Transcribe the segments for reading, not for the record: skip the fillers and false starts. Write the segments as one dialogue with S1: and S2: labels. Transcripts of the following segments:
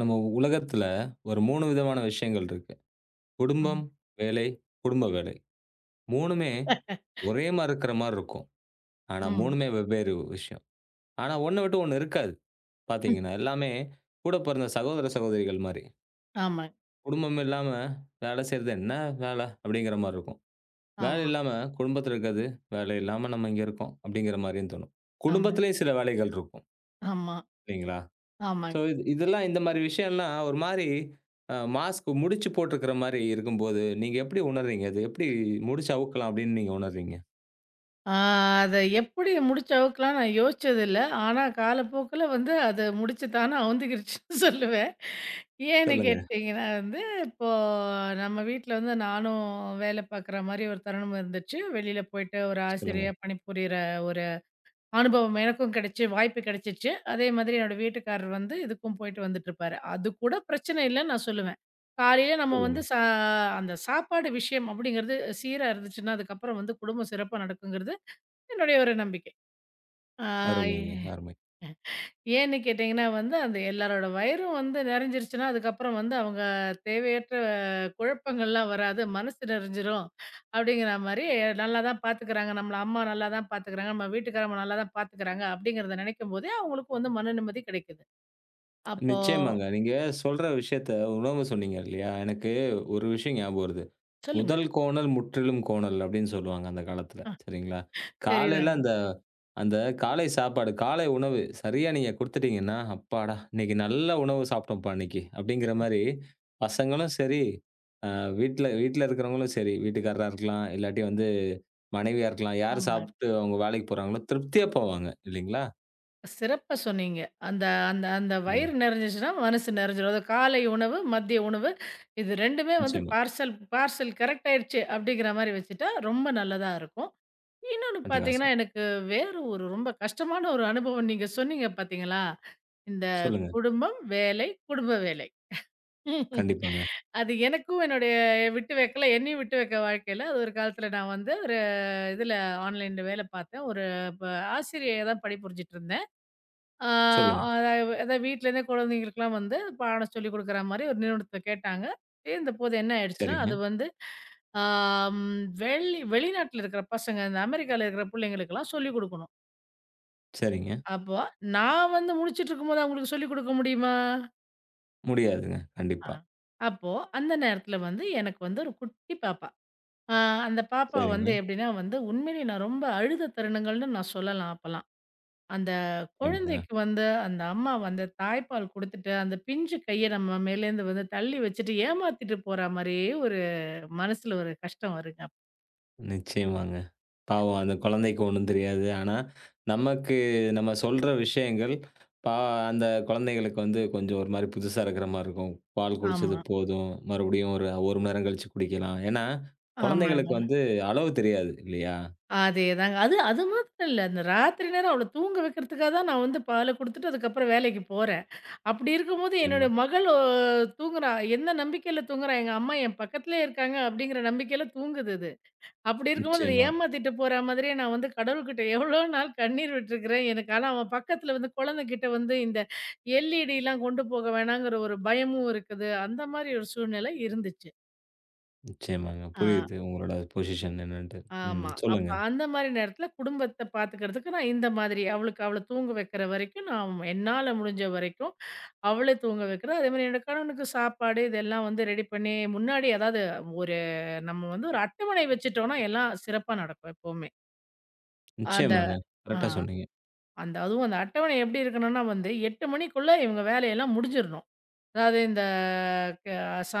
S1: நம்ம உலகத்துல ஒரு 3 விதமான விஷயங்கள் இருக்கு.
S2: ஆமா.
S1: குடும்பம், வேலை, குடும்ப வேலை. 3மே ஒரே மாரி இருக்கிற மாரி இருக்கும். ஆனா
S2: ம்.
S1: 3மே வெவ்வேறு விஷயம். ஆனா ஒண்ண விட்டு ஒண்ணு இருக்காது
S2: ம்.
S1: பார்த்தீங்கன்னா. எல்லாமே கூட பிறந்த சகோதர, சகோதரிகள் மாரி.
S2: ஆமாங்க.
S1: குடும்பம் இல்லாம வேலை செய்றது என்ன வேலை அப்படிங்கிற மாரி இருக்கும். வேலை
S2: ஆமா,
S1: இல்லாம குடும்பத்தில இருக்கிறது, வேலை இல்லாம நம்ம இங்க இருக்கோம் அப்படிங்கிற மாரியும் தோணும்.
S2: ஆமா,
S1: குடும்பத்திலேயே சில வேலைகள் இருக்கும்
S2: ஆமா,
S1: இல்லைங்களா? ஸோ
S2: ஆமாங்க.
S1: இது இதெல்லாம் இந்த மாரி விஷயம்லாம் ஒரு மாரி மாஸ்க் முடிச்சு போட்டுருக்கிற மாரி இருக்கும்போது, நீங்க எப்படி உணர்றீங்க? அது எப்படி முடிச்சு அவுக்கலாம் அப்படின்னு நீங்க உணர்றீங்க?
S2: ஆ அத எப்படி முடிச்சவுக்கலாம்ன்னு நான் யோசிச்சதில்ல. ஆனா காலப்போக்குல வந்து அது முடிச்சு தானா அவுந்துக்கிருச்சுன்னு சொல்லுவேன். ஏன்னு
S1: சொல்லுங்க,
S2: கேட்டீங்கன்னா வந்து, இப்போ நம்ம வீட்ல வந்து நானும் வேலை பார்க்குற மாரி ஒரு தருணம் இருந்துச்சு. வெளியில போயிட்டு ஒரு
S1: சொல்லுங்க,
S2: ஆசிரியையா பணிபுரியிற ஒரு அனுபவம் எனக்கும் கிடைச்சு வாய்ப்பு கிடைச்சிச்சு. அதே மாதிரி என்னோட வீட்டுக்காரர் வந்து இதுக்கும் போயிட்டு வந்துட்டுருப்பாரு. அது கூட பிரச்சனை இல்லன்னு நான் சொல்லுவேன். காலையில நம்ம வந்து
S1: சொல்லுங்க.
S2: அந்த சாப்பாடு விஷயம் அப்படிங்கிறது சீரா இருந்துச்சுன்னா, அதுக்கப்புறம் வந்து குடும்பம் சிறப்பா நடக்குங்கிறது என்னுடைய ஒரு நம்பிக்கை. ஆ.
S1: அருமைங்க, அருமை.
S2: ஏன்னு கேட்டீங்கன்னா வந்து, அந்த எல்லாரோட வயிறும் வந்து நெறஞ்சிருச்சுன்னா, அதுக்கப்புறம் வந்து அவங்க தேவையற்ற குழப்பங்கள்லாம் வராது. மனசு நெறஞ்சிரும். அப்படிங்கிற மாரி நல்லா தான் பாத்துக்கிறாங்க. நம்மள அம்மா நல்லா தான் பாத்துக்கிறாங்க. நம்ம வீட்டுக்காரவங்க நல்லா தான் பாத்துக்கிறாங்க. அப்படிங்கிறத நெனைக்கும்போதே அவங்களுக்கும் வந்து மன நிம்மதி கிடைக்குது. அப்போ
S1: நிச்சயமாங்க. நீங்க சொல்ற விஷயத்த உணவு சொன்னீங்க இல்லையா? எனக்கு ஒரு விஷயம் ஞாபகம் வருது.
S2: சொல்லுங்க.
S1: முதல் கோணல் முற்றிலும் கோணல் அப்படின்னு சொல்லுவாங்க அந்த காலத்துல.
S2: ஆ
S1: சரிங்களா? காலையில
S2: சரிதாங்க.
S1: அந்த அந்த காலை சாப்பாடு, காலை உணவு சரியா நீங்க குடுத்துட்டீங்கன்னா, "அப்பாடா! இன்னைக்கு நல்ல உணவு சாப்பிட்டோம்ப்பா இன்னைக்கு." அப்படிங்கிற மாரி பசங்களும் சரி, அ வீட்ல வீட்ல இருக்கிறவங்களும் சரி, வீட்டுக்காரரா இருக்கலாம், இல்லாட்டி வந்து மனைவியா இருக்கலாம், யார்
S2: ஆமா.
S1: சாப்பிட்டு அவங்க வேலைக்கு போறாங்களோ திருப்தியா போவாங்க. இல்லைங்களா?
S2: சிறப்பா சொன்னீங்க. அந்த அந்த அந்த
S1: சொல்லுங்க.
S2: வயிறு நெறஞ்சிச்சுன்னா மனசு நெறஞ்சிரும். அது காலை உணவு, மதிய உணவு இது 2மே வந்து
S1: நிச்சயமா.
S2: பார்சல் பார்சல் கரெக்ட் ஆயிடுச்சு அப்படிங்கிற மாரி வச்சுட்டா ரொம்ப நல்லதா இருக்கும். இன்னொன்னு பார்த்தீங்கன்னா,
S1: அட்டகாசம்.
S2: எனக்கு வேற ஒரு ரொம்ப கஷ்டமான ஒரு அனுபவம் நீங்க சொன்னீங்க பார்த்தீங்களா? இந்த
S1: சொல்லுங்க.
S2: குடும்பம், வேலை, குடும்ப வேலை.
S1: கண்டிப்பாங்க.
S2: அது எனக்கும் என்னுடைய விட்டு வைக்கல என்னையும் விட்டு வைக்க வாழ்க்கையில அது ஒரு காலத்தில நான் வந்து ஒரு இதில ஆன்லைன்ல வேலை பார்த்தேன். ஒரு ப ஆசிரியையா தான் பணிபுரிஞ்சுட்டு இருந்தேன். ஆ
S1: சொல்லுங்க.
S2: அதா அதான் வீட்லேருந்தே குழந்தைங்களுக்குலாம் வந்து பாடம் சொல்லிக் குடுக்குற மாரி ஒரு நிறுவனத்தில கேட்டாங்க. சேர்ந்தபோது என்ன ஆயிடுச்சுன்னா,
S1: சரிங்க,
S2: அது வந்து ஆம் வெளிநாட்ல இருக்கிற பசங்க, இந்த அமெரிக்கால இருக்கிற புள்ளைங்களுக்கெல்லாம் சொல்லிக் குடுக்கணும்.
S1: சரிங்க,
S2: அப்போ நான் வந்து முழிச்சுட்ருக்கும்போது அவங்களுக்கு சொல்லிக் குடுக்க முடியுமா?
S1: முடியாதுங்க.
S2: ஆ.
S1: கண்டிப்பா.
S2: அப்போ அந்த நேரத்தில வந்து எனக்கு வந்து ஒரு குட்டி பாப்பா. ஆ அந்த பாப்பா
S1: சரிங்க.
S2: வந்து எப்படின்னா வந்து உண்மையிலேயே நான் ரொம்ப அழுத தருணங்கள்னு நான் சொல்லலாம் அப்பலாம். அந்த குழந்தைக்கு வந்து அந்த அம்மா வந்து தாய்ப்பால் குடுத்துட்டு, அந்த பிஞ்சு கைய நம்ம மேலேருந்து வந்து தள்ளி வச்சுட்டு ஏமாத்திட்டு போற மாரியே ஒரு மனசுல ஒரு கஷ்டம் வருங்க.
S1: நிச்சயமாங்க. பாவம் அந்த குழந்தைக்கு ஒண்ணும் தெரியாது. ஆனா, நமக்கு நம்ம சொல்ற விஷயங்கள், பா அந்த குழந்தைகளுக்கு வந்து கொஞ்சம் ஒரு மாரி புதுசா இருக்கிற மாரி இருக்கும். பால் குடிச்சது
S2: ஆமா,
S1: போதும். மறுபடியும் ஒரு 1 மணி நேரம் கழிச்சு குடிக்கலாம். ஏன்னா, குழந்தைகளுக்கு
S2: ஆமாங்க.
S1: வந்து அளவு தெரியாது இல்லையா?
S2: அதேதாங்க. அது அது மாத்திரம் இல்ல. அந்த ராத்திரி நேரம் அவள தூங்க வைக்கிறதுக்காக தான் நான் வந்து பால குடுத்துட்டு அதுக்கப்புறம் வேலைக்கு போறேன். அப்படி இருக்கும்போது
S1: நிச்சயமா,
S2: என்னுடைய மகள் தூங்குறா. என்ன நம்பிக்கையில தூங்குறா? எங்க அம்மா என் பக்கத்திலேயே இருக்காங்க அப்படிங்கிற நம்பிக்கையில தூங்குது அது. அப்படி இருக்கும்போது, அத
S1: நிச்சயமா,
S2: ஏமாத்திட்டு போற மாதிரியே நான் வந்து கடவுள்கிட்ட எவ்வளோ நாள் கண்ணீர் விட்டுருக்கிறேன். எனக்கு ஆனா அவன் பக்கத்துல வந்து குழந்தைகிட்ட வந்து இந்த எல்இடிலாம் கொண்டு போக வேணாங்கிற ஒரு பயமும் இருக்குது. அந்த மாரி ஒரு சூழ்நிலை இருந்துச்சு.
S1: நிச்சயமாங்க.
S2: ஆ
S1: புரியுது உங்களோட பொசிஷன் என்னன்ட்டு. ம்.
S2: ஆமா. அப்ப
S1: சொல்லுங்க.
S2: அந்த மாரி நேரத்துல குடும்பத்த பாத்துக்கிறதுக்கு நான் இந்த மாதிரி அவளுக்கு அவள தூங்க வைக்கிற வரைக்கும் நான் என்னால முடிஞ்ச வரைக்கும் அவள தூங்க வைக்கிறேன். அதேமாரி என்னோட கணவனுக்கு சாப்பாடு இதெல்லாம் வந்து ரெடி பண்ணி முன்னாடி அதாவது ஒரு நம்ம வந்து ஒரு அட்டவணை வச்சுட்டோம்னா எல்லாம் சிறப்பா நடக்கும் எப்பவுமே. அந்த
S1: நிச்சயமாங்க.
S2: ஆ.
S1: கரெக்ட்டா சொன்னீங்க.
S2: அந்த அதுவும் அந்த அட்டவணை எப்படி இருக்கணும்னா வந்து 8 மணிக்குள்ள இவங்க வேலையெல்லாம் முடிஞ்சிரணும். அதாவது இந்த க ச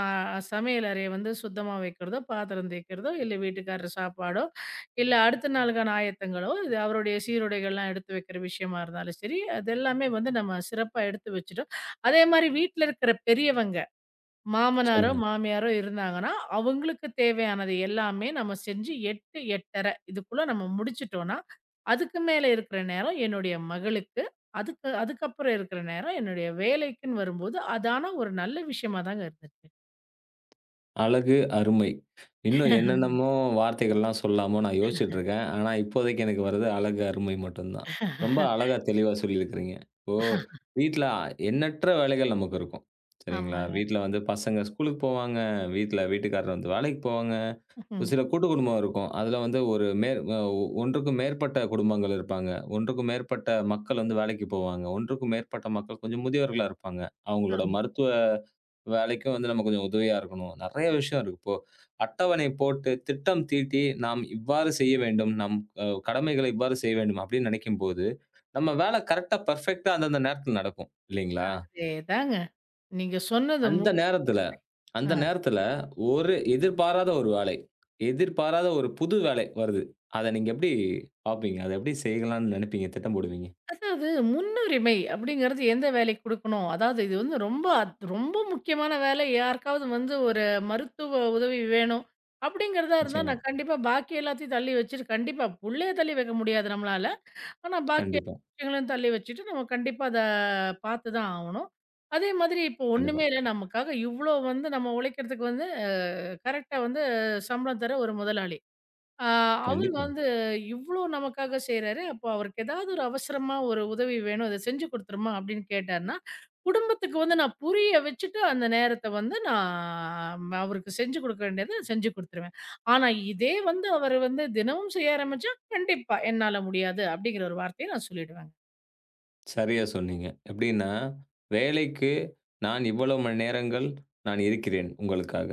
S2: சமையல் அறைய வந்து சுத்தமா வைக்கிறதோ, பாத்திரம் தேய்க்கிறதோ, இல்ல வீட்டுக்காரர் சாப்பாடோ, இல்ல அடுத்த நாளுக்கான ஆயத்தங்களோ, இது அவருடைய சீருடைகள்லாம் எடுத்து வைக்கிற விஷயமா இருந்தாலும் சரி, அது எல்லாமே வந்து நம்ம சிறப்பா எடுத்து வச்சுட்டோம். அதே மாரி வீட்ல இருக்கிற பெரியவங்க மாமனாரோ,
S1: சொல்லுங்க.
S2: மாமியாரோ இருந்தாங்கன்னா, அவங்களுக்கு தேவையானது எல்லாமே நம்ம செஞ்சு 8, 8:30 இதுக்குள்ள நம்ம முடிச்சுட்டோம்ன்னா, அதுக்கு மேல இருக்கிற நேரம் என்னுடைய மகளுக்கு. அதுக்கப்புறம் இருக்கிற நேரம் என்னுடைய வேலைக்குன்னு வரும்போது, அதான ஒரு நல்ல விஷயமா தாங்க இருந்துச்சு.
S1: அழகு, அருமை. இன்னும் என்னென்னமோ வார்த்தைகள்லாம் சொல்லலாமோ நான் யோசிச்சுட்டு இருக்கேன். ஆனா இப்போதைக்கு எனக்கு வர்றது அழகு, அருமை மட்டும்தான். ரொம்ப அழகா தெளிவா சொல்லியிருக்கிறீங்க. இப்போ வீட்ல எண்ணற்ற வேலைகள் நமக்கு இருக்கும். சரிங்களா?
S2: ஆமாங்க.
S1: வீட்ல வந்து பசங்க ஸ்கூலுக்கு போவாங்க, வீட்ல வீட்டுக்காரர் வந்து வேலைக்கு போவாங்க.
S2: ம்.
S1: சில கூட்டு குடும்பம் இருக்கும். அதுல வந்து ஒரு மேற் அ ஒன்றுக்கும் மேற்பட்ட குடும்பங்கள் இருப்பாங்க. ஒன்றுக்கும் மேற்பட்ட மக்கள் வந்து வேலைக்கு போவாங்க. ஒன்றுக்கும் மேற்பட்ட மக்கள் கொஞ்சம் முதியவர்களா இருப்பாங்க. அவங்களோட
S2: ஆமா.
S1: மருத்துவ வேலைக்கும் வந்து நம்ம கொஞ்சம் உதவியா இருக்கணும். நெறைய விஷயம் இருக்கு. இப்போ அட்டவணை போட்டு, திட்டம் தீட்டி, நாம் இவ்வாறு செய்ய வேண்டும். நம் கடமைகளை இவ்வாறு செய்ய வேண்டும் அப்படின்னு நினைக்கும்போது, நம்ம வேலை கரெக்ட்டா, பெர்ஃபெக்ட்டா அந்தந்த நேரத்துல நடக்கும். இல்லைங்களா?
S2: அதேதாங்க. நீங்க சொன்னது
S1: அந்த நேரத்துல, அந்த
S2: ஆ.
S1: நேரத்துல ஒரு எதிர்பாராத ஒரு வேலை, எதிர்பாராத ஒரு புது வேலை வருது. அத நீங்க எப்படி பார்ப்பீங்க? அத எப்படி செய்யலாம்ன்னு நினைப்பீங்க? திட்டம் போடுவீங்க?
S2: அதாவது முன்னுரிமை அப்படிங்கிறது எந்த வேலைக்கு குடுக்கணும். அதாவது இது வந்து ரொம்ப ரொம்ப முக்கியமான வேலை. யாருக்காவது வந்து ஒரு மருத்துவ உதவி வேணும். அப்படிங்கிறதா இருந்தா
S1: நிச்சயமா.
S2: நான் கண்டிப்பா பாக்கி எல்லாத்தையும் தள்ளி வச்சுட்டு கண்டிப்பா புள்ளைய தள்ளி வைக்க முடியாது நம்மளால. ஆனா பாக்கி எல்லா
S1: கண்டிப்பா,
S2: விஷயங்களையும் தள்ளி வச்சுட்டு நம்ம கண்டிப்பா அத பாத்து தான் ஆவணும். அதே மாதிரி இப்போ
S1: கண்டிப்பா,
S2: ஒண்ணுமே இல்ல நமக்காக இவ்ளோ வந்து நம்ம உழைக்கிறதுக்கு வந்து கரெக்ட்டா வந்து சம்பளம் தர ஒரு முதலாளி. ஆ, அவரு
S1: கண்டிப்பாங்க.
S2: வந்து இவ்ளோ நமக்காக செய்றாரு. அப்போ அவருக்கு ஏதாவது ஒரு அவசரமா ஒரு உதவி வேணும். இத செஞ்சு குடுத்துருமா அப்படின்னு கேட்டார்ன்னா, குடும்பத்துக்கு வந்து நான் புரிய வச்சுட்டு அந்த நேரத்த வந்து நான் அவருக்கு செஞ்சு குடுக்க வேண்டியத செஞ்சு குடுத்துருவேன். ஆனா இதே வந்து அவரு வந்து தினமும் செய்ய ஆரம்பிச்சா, கண்டிப்பா என்னால முடியாது அப்படிங்கிற ஒரு வார்த்தைய நான் சொல்லிடுவேங்க.
S1: சரியா சொன்னீங்க. எப்படின்னா, வேலைக்கு நான் இவ்வளவு மணி நேரங்கள் நான் இருக்கிறேன் உங்களுக்காக.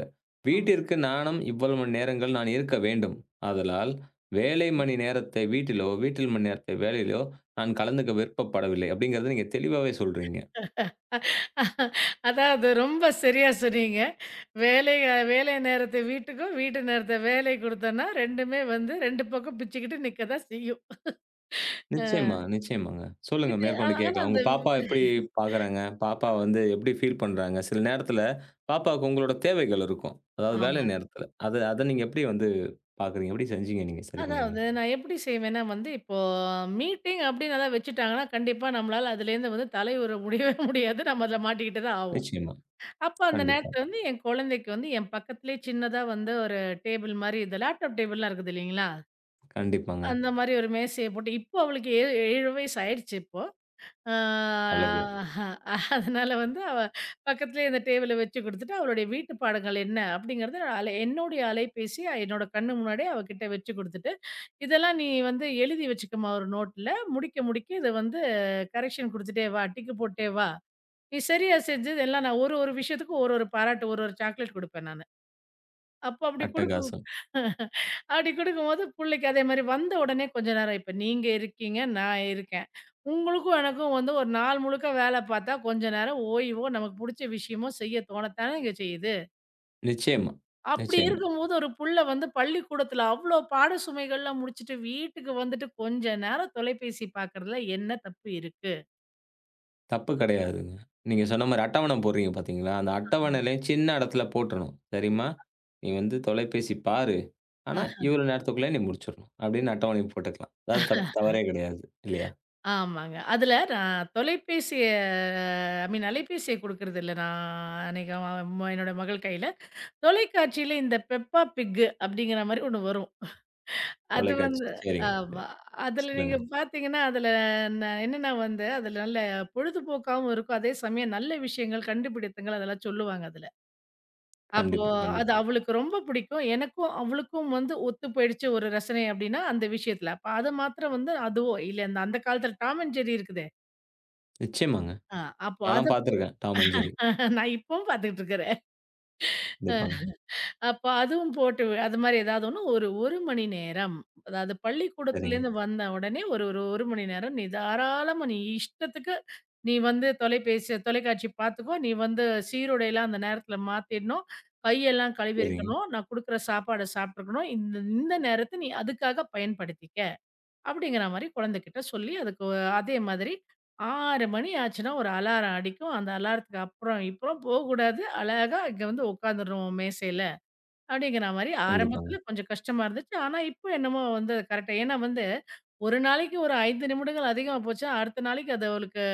S2: ஆமா.
S1: வீட்டிற்கு நானும் இவ்வளவு மணி நேரங்கள் நான் இருக்க வேண்டும். ஆதலால், வேலை மணி நேரத்தை வீட்டிலோ, வீட்டில் மணி நேரத்தை வேலையிலோ நான் கலந்துக்க விருப்பப்படவில்லை. அப்படிங்கிறத நீங்க தெளிவாவே சொல்றீங்க.
S2: அதாவது ரொம்ப சரியா சொன்னீங்க. வேலை வேலை நேரத்த வீட்டுக்கும், வீட்டு நேரத்த வேலை குடுத்தோம்னா 2மே வந்து 2 பக்கம் பிச்சுக்கிட்டு நிக்க தான் செய்யும். அ
S1: நிச்சயமா, நிச்சயமாங்க. சொல்லுங்க
S2: இது ஆ
S1: மேற்கொண்டு
S2: ஆனா
S1: கேட்கலாம். உங்க
S2: அந்த
S1: பாப்பா எப்படி பார்க்குறாங்க? பாப்பா வந்து எப்படி ஃபீல் பண்றாங்க? சில நேரத்தில பாப்பாவுக்கு உங்களோட தேவைகள் இருக்கும். அதாவது வேலை
S2: ஆமாங்க.
S1: நேரத்தில. அத அத நீங்க எப்படி வந்து பார்க்குறீங்க? எப்படி செஞ்சீங்க நீங்க? சரி பண்ணீங்க?
S2: அதாவது நான் எப்படி செய்வேன்னா வந்து, இப்போ மீட்டிங் அப்படின்னு எதாவது வச்சுட்டாங்கன்னா, கண்டிப்பா நம்மளால அதுலேருந்து வந்து தலையுற முடியவே முடியாது. நம்ம அதில மாட்டிக்கிட்டு தான் ஆவோம்.
S1: நிச்சயமா.
S2: அப்ப அந்த
S1: கண்டிப்பா.
S2: நேரத்தில வந்து என் குழந்தைக்கு வந்து என் பக்கத்துலேயே சின்னதா வந்து ஒரு டேபிள் மாரி, இந்த லேப்டாப் டேபிள்லாம் இருக்குது இல்லைங்களா?
S1: கண்டிப்பாங்க.
S2: அந்த மாரி ஒரு மேசைய போட்டு இப்போ அவளுக்கு 7 வயசு ஆயிடுச்சு இப்போ. ஆ
S1: அழகு.
S2: அதனால வந்து அவ பக்கத்துலயே அந்த டேபிள வச்சு குடுத்துட்டு, அவளுடைய வீட்டு பாடங்கள் என்ன? அப்படிங்கிறத என்னுடைய அலைபேசிய என்னோட கண்ணு முன்னாடியே அவ கிட்ட வச்சு குடுத்துட்டு, "இதெல்லாம் நீ வந்து எழுதி வச்சுக்கம்மா ஒரு நோட்ல. முடிக்க, முடிக்க இத வந்து கரெக்ஷன் குடுத்துட்டே வா. டிக்கு போட்டே வா. நீ சரியா செஞ்சது எல்லாம் நான் ஒரு ஒரு விஷயத்துக்கும் ஒரு ஒரு பாராட்டு, ஒரு ஒரு சாக்லேட் குடுப்பேன் நானு." அப்ப அப்படி குடுக்கும்
S1: அட்டகாசம்.
S2: அப்படி குடுக்கும்போது புள்ளைக்கு அதே மாரி வந்த உடனே கொஞ்ச நேரம் இப்ப நீங்க இருக்கீங்க, நான் இருக்கேன். உங்களுக்கும் எனக்கும் வந்து ஒரு நாள் முழுக்க வேல பார்த்தா கொஞ்ச நேரம் ஓய்வோ, நமக்கு புடிச்ச விஷயமோ செய்ய தோணத்தானேங்க செய்யுது.
S1: நிச்சயமா,
S2: அப்படி
S1: நிச்சயமா.
S2: இருக்கும்போது ஒரு புள்ள வந்து பள்ளிக்கூடத்துல அவ்ளோ பாட சுமைகள்லாம் முடிச்சுட்டு வீட்டுக்கு வந்துட்டு கொஞ்ச நேரம் தொலைபேசி பார்க்கறதுல என்ன தப்பு இருக்கு?
S1: தப்பு கிடையாதுங்க. நீங்க சொன்ன மாரி அட்டவணை போடுறீங்க பார்த்தீங்களா? அந்த அட்டவணையில சின்ன இடத்துல போட்டுறணும். "சரிம்மா, நீ வந்து தொலைபேசி பாரு. ஆனா,
S2: அ
S1: இவ்வளோ நேரத்துக்குள்ள நீ முடிச்சிடணும்." அப்படின்னு அட்டவணை போட்டுக்கலாம். அதாவது தவறே கிடையாது. இல்லையா?
S2: ஆமாங்க. அதுல நான் தொலைபேசிய ஐ மீன் அலைபேசிய குடுக்கறதில்ல நான் அநேகமா என்னோட மகள் கையில. தொலைக்காட்சியில இந்த பெப்பா பிக் அப்படிங்கிற மாரி ஒண்ணு வரும். அது
S1: தொலைக்காட்சி.
S2: வந்து
S1: சரிங்க. சரி.
S2: ஆமா. அதுல
S1: சொல்லுங்க.
S2: நீங்க பார்த்தீங்கன்னா, அதுல என்னன்னா வந்து, அதுல நல்ல பொழுதுபோக்காவும் இருக்கும். அதே சமயம் நல்ல விஷயங்கள், கண்டுபிடித்தங்கள் அதெல்லாம் சொல்லுவாங்க அதுல. அப்போ
S1: கண்டிப்பா,
S2: அது
S1: கண்டிப்பா.
S2: அவளுக்கு ரொம்ப பிடிக்கும். எனக்கும் அவளுக்கும் வந்து ஒத்து போயிடுச்சு ஒரு ரசனை அப்படின்னா, அந்த விஷயத்துல. அப்ப அது மாத்திரம் வந்து அதுவோ, இல்ல அந்த அந்த காலத்துல டாம் அண்ட் ஜெர்ரி இருக்குதே.
S1: நிச்சயமாங்க.
S2: ஆ அப்போ
S1: நான்லாம் பார்த்துருக்கேன். Tom and Jerry.
S2: நான் இப்பவும் பார்த்துக்கிட்டு இருக்கிறேன்.
S1: கண்டிப்பாங்க.
S2: அப்ப அதுவும் போட்டு அது மாரி ஏதாவது ஒண்ணு ஒரு 1 மணி நேரம். அதாவது
S1: சரிங்க,
S2: பள்ளிக்கூடத்துலேருந்து வந்த உடனே ஒரு ஒரு 1 மணி நேரம் நீ தாராளமா நீ இஷ்டத்துக்கு நீ வந்து தொலைபேசி தொலைக்காட்சி பார்த்துக்கோ. நீ வந்து சீருடைலாம் அந்த நேரத்தில மாத்திடணும். கையெல்லாம்
S1: சரிங்க.
S2: கழுவியிருக்கணும். நான் குடுக்குற சாப்பாட சாப்பிட்டுருக்கணும். இந்த இந்த நேரத்த நீ அதுக்காக பயன்படுத்திக்க. அப்படிங்கிற மாரி குழந்தைகிட்ட சொல்லி அதுக்கு அதே மாதிரி 6 மணி ஆச்சுன்னா ஒரு அலாரம் அடிக்கும். அந்த அலாரத்துக்கு அப்புறம் இப்புறம் போகக்கூடாது. அழகா இங்க வந்து உட்காந்துரணும் மேசையில. அப்படிங்கிற மாரி
S1: கண்டிப்பாங்க.
S2: ஆரம்பத்துல கொஞ்சம் கஷ்டமா இருந்துச்சு. ஆனா, இப்போ என்னமோ வந்து கரெக்ட்டா ஏன்னா வந்து, ஒரு நாளைக்கு ஒரு 5 நிமிடங்கள் அதிகமா போச்சுன்னா, அடுத்த நாளைக்கு அது அவளுக்கு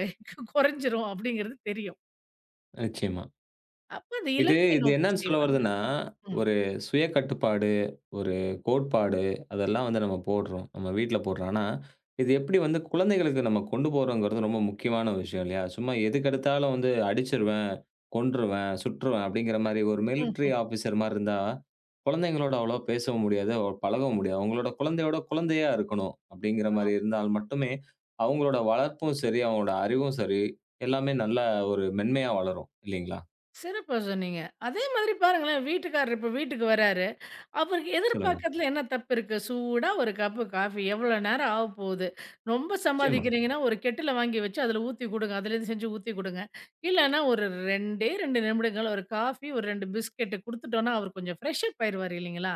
S2: குறைஞ்சிரும் அப்படிங்கிறது தெரியும்.
S1: நிச்சயமா.
S2: அப்ப அந்த
S1: இது
S2: இலக்கை
S1: இது
S2: நோக்கி
S1: என்னன்னு சொல்ல
S2: செய்வாங்க.
S1: வருதுன்னா,
S2: ம்.
S1: ஒரு சுய கட்டுப்பாடு, ஒரு கோட்பாடு அதெல்லாம் வந்து நம்ம போடுறோம். நம்ம வீட்ல போடுறோம். ஆனா, இது எப்படி வந்து குழந்தைகளுக்கு நம்ம கொண்டு போறோங்கிறது ரொம்ப முக்கியமான விஷயம் இல்லையா? சும்மா எதுக்கெடுத்தாலும் வந்து அடிச்சுருவேன், கொன்றுவேன், சுட்டுருவேன் அப்படிங்கிற மாரி ஒரு மிலிட்டரி
S2: ம்ஹ்ம்.
S1: ஆபிசர் மாரி இருந்தா, குழந்தைங்களோட அவ்வளவா பேசவும் முடியாது, அவ்வளோ பழகவும் முடியாது. அவங்களோட குழந்தையோட குழந்தையா இருக்கணும் அப்படிங்கிற மாரி இருந்தால் மட்டுமே, அவங்களோட வளர்ப்பும் சரி, அவங்களோட அறிவும் சரி, எல்லாமே நல்ல ஒரு மென்மையா வளரும் இல்லைங்களா?
S2: சிறப்பா சொன்னீங்க. அதே மாதிரி பாருங்களேன், வீட்டுக்காரர் இப்ப வீட்டுக்கு வராரு. அவருக்கு
S1: சொல்லுங்க.
S2: எதிர்பார்க்கறதுல என்ன தப்பு இருக்கு? சூடா ஒரு கப்பு காஃபி எவ்வளோ நேரம் ஆவப்போகுது? ரொம்ப
S1: நிச்சயமா.
S2: சம்பாதிக்கிறீங்கன்னா, ஒரு கெட்டில வாங்கி வச்சு அதில ஊத்தி குடுங்க. அதிலேருந்து செஞ்சு ஊத்தி குடுங்க. இல்லன்னா ஒரு 2டே 2 நிமிடங்கள் ஒரு காஃபி, ஒரு 2 பிஸ்கெட் குடுத்துட்டோம்னா, அவர் கொஞ்சம் ஃப்ரெஷ் அப் ஆயிருவாரு இல்லைங்களா?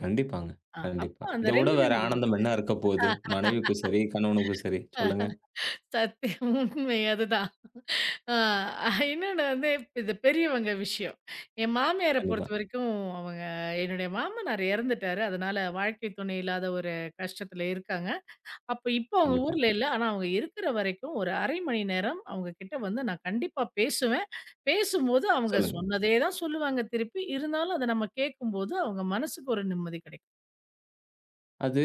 S1: கண்டிப்பாங்க.
S2: அ
S1: கண்டிப்பா.
S2: அப்போ அந்த
S1: இத விட
S2: 2
S1: வேற
S2: நிமிடங்கள்
S1: ஆனந்தம் என்ன இருக்க போகுது? மனைவிக்கும் சரி, கணவனுக்கும் சரி.
S2: அ
S1: சொல்லுங்க.
S2: சத்தியம் உண்மை அதுதான். அ இன்னொன்னு வந்து இது பெரியவங்க விஷயம். என் மாமியார
S1: கண்டிப்பா,
S2: பொறுத்தவரைக்கும் அவங்க என்னுடைய மாமனார் இறந்துட்டாரு. அதனால வாழ்க்கை துணை இல்லாத ஒரு கஷ்டத்தில இருக்காங்க. அப்ப இப்ப அவங்க
S1: கண்டிப்பா.
S2: ஊர்ல இல்ல. ஆனா அவங்க இருக்கிற வரைக்கும் ஒரு 1/2 மணி நேரம் அவங்க கிட்ட வந்து நான் கண்டிப்பா பேசுவேன். பேசும்போது அவங்க
S1: சொல்லுங்க.
S2: சொன்னதே தான் சொல்லுவாங்க திருப்பி. இருந்தாலும் அத நம்ம கேட்கும்போது அவங்க மனசுக்கு ஒரு நிம்மதி கிடைக்கும்.
S1: அது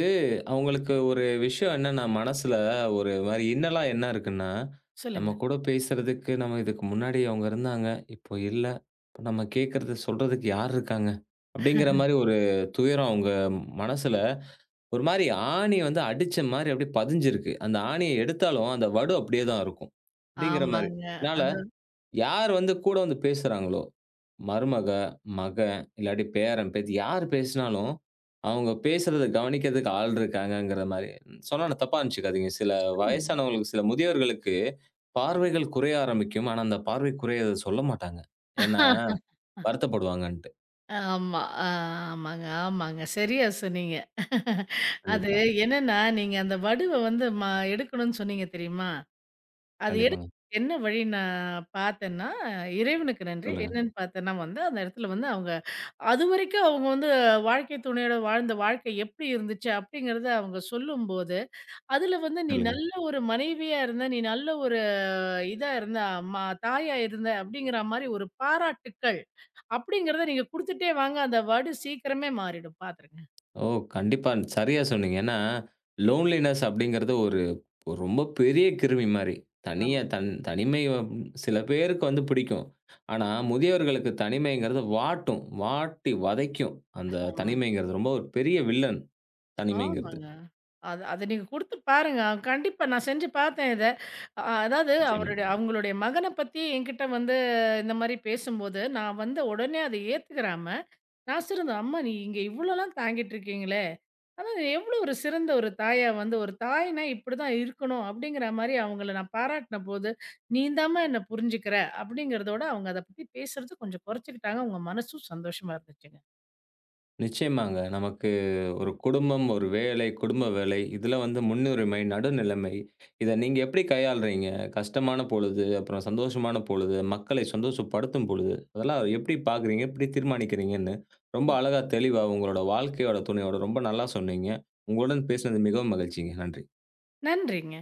S1: அவங்களுக்கு ஒரு விஷயம் என்னன்னா, மனசுல ஒரு மாரி இன்னலா என்ன இருக்குன்னா, நம்ம
S2: சொல்லுங்க.
S1: கூட பேசுறதுக்கு நம்ம இதுக்கு முன்னாடி அவங்க இருந்தாங்க. இப்போ இல்ல. இப்ப நம்ம கேட்கறது, சொல்றதுக்கு யார் இருக்காங்க? அப்படிங்கிற மாரி ஒரு துயரம் அவங்க மனசுல ஒரு மாரி ஆணி வந்து அடிச்ச மாரி அப்படியே பதிஞ்சிருக்கு. அந்த ஆணிய எடுத்தாலும் அந்த வடு அப்படியே தான் இருக்கும். அப்படிங்கிற மாரி.
S2: ஆமாங்க.
S1: அதனால
S2: அது
S1: யார் வந்து கூட வந்து பேசுறாங்களோ, மருமக, மகன், இல்லாட்டி பேரன், பேத்தி யார் பேசினாலும், அவங்க பேசுறத கவனிக்கிறதுக்கு ஆள் இருக்காங்கங்கிற மாரி. சொன்னா நான் தப்பா நினச்சுக்காதீங்க. சில
S2: சொல்லுங்க.
S1: வயசானவங்களுக்கு, சில முதியவர்களுக்கு
S2: சொல்லுங்க.
S1: பார்வைகள் குறைய ஆரம்பிக்கும். ஆனா, அந்த பார்வை குறையத சொல்ல மாட்டாங்க. ஏன்னா, வருத்தப்படுவாங்கன்ட்டு.
S2: ஆமா. ஆ ஆமாங்க, ஆமாங்க. சரியா சொன்னீங்க. அது
S1: கண்டிப்பா,
S2: என்னன்னா, நீங்க அந்த வடுவ வந்து எடுக்கணும்னு சொன்னீங்க தெரியுமா? அது எடுக்க
S1: கண்டிப்பாங்க.
S2: என்ன வழி நான் பார்த்தேன்னா, இறைவனுக்கு நன்றி.
S1: சொல்லுங்க,
S2: என்னன்னு பார்த்தேன்னா வந்து அந்த இடத்துல வந்து அவங்க அதுவரைக்கும் அவங்க வந்து வாழ்க்கை துணையோட வாழ்ந்த வாழ்க்கை எப்படி இருந்துச்சு அப்படிங்கிறத அவங்க சொல்லும்போது, அதுல வந்து "நீ
S1: சொல்லுங்க.
S2: நல்ல ஒரு மனைவியா இருந்த, நீ நல்ல ஒரு இதா இருந்த, அம்மா தாயா இருந்த" அப்படிங்கிற மாரி ஒரு பாராட்டுக்கள் அப்படிங்கிறத நீங்க குடுத்துட்டே வாங்க. அந்த வேர்டு சீக்கிரமே மாறிடும் பாத்துருங்க.
S1: ஓ! கண்டிப்பா. சரியா சொன்னீங்க. ஏன்னா லோன்லினஸ் அப்படிங்கிறது ஒரு ஒரு ரொம்ப பெரிய கிருமி மாரி.
S2: ஆமா,
S1: தனியா தனிமை சில பேருக்கு வந்து பிடிக்கும். ஆனா, முதியவர்களுக்கு தனிமைங்கிறது வாட்டும். வாட்டி வதைக்கும். அந்த
S2: ஆமாங்க.
S1: தனிமைங்கிறது. ரொம்ப ஒரு பெரிய வில்லன் தனிமைங்கிறது.
S2: ஆமாங்க. அது அத நீங்க குடுத்து பாருங்க. கண்டிப்பா நான் செஞ்சு பார்த்தேன் இத. அதாவது
S1: நிச்சயமா.
S2: அவருடைய அவங்களுடைய மகன பத்தி என்கிட்ட வந்து இந்த மாரி பேசும்போது, நான் வந்து உடனே அத ஏத்துக்கிறாம நான் சிறந்த அம்மா நீ இங்க இவ்வளோலாம் தாங்கிட்டு இருக்கீங்களே! ஆனா எவ்வளோ ஒரு சிறந்த ஒரு தாயா வந்து ஒரு தாய்னா இப்படிதான் இருக்கணும் அப்படிங்கிற மாரி அவங்கள நான் பாராட்டினபோது, நீ தாம்மா என்ன புரிஞ்சுக்கிற அப்படிங்கிறதோட அவங்க அத பத்தி பேசுறது கொஞ்சம் குறைச்சுக்கிட்டாங்க. அவங்க மனசும் சந்தோஷமா இருந்துச்சுங்க.
S1: நிச்சயமாங்க. நமக்கு ஒரு குடும்பம், ஒரு வேலை, குடும்ப வேலை, இதில வந்து முன்னுரிமை, நடுநிலைமை. இத நீங்க எப்படி கையாளுறீங்க? கஷ்டமான பொழுது, அப்புறம் சந்தோஷமான பொழுது, மக்களை சந்தோஷப்படுத்தும் பொழுது, அதெல்லாம் எப்படி பார்க்குறீங்க? எப்படி தீர்மானிக்கிறீங்கன்னு ரொம்ப
S2: ம்.
S1: அழகா, தெளிவா உங்களோட வாழ்க்கையோட துணையோட ரொம்ப நல்லா சொன்னீங்க. உங்களுடன் பேசினது மிகவும் மகிழ்ச்சிங்க. நன்றி.
S2: நன்றிங்க.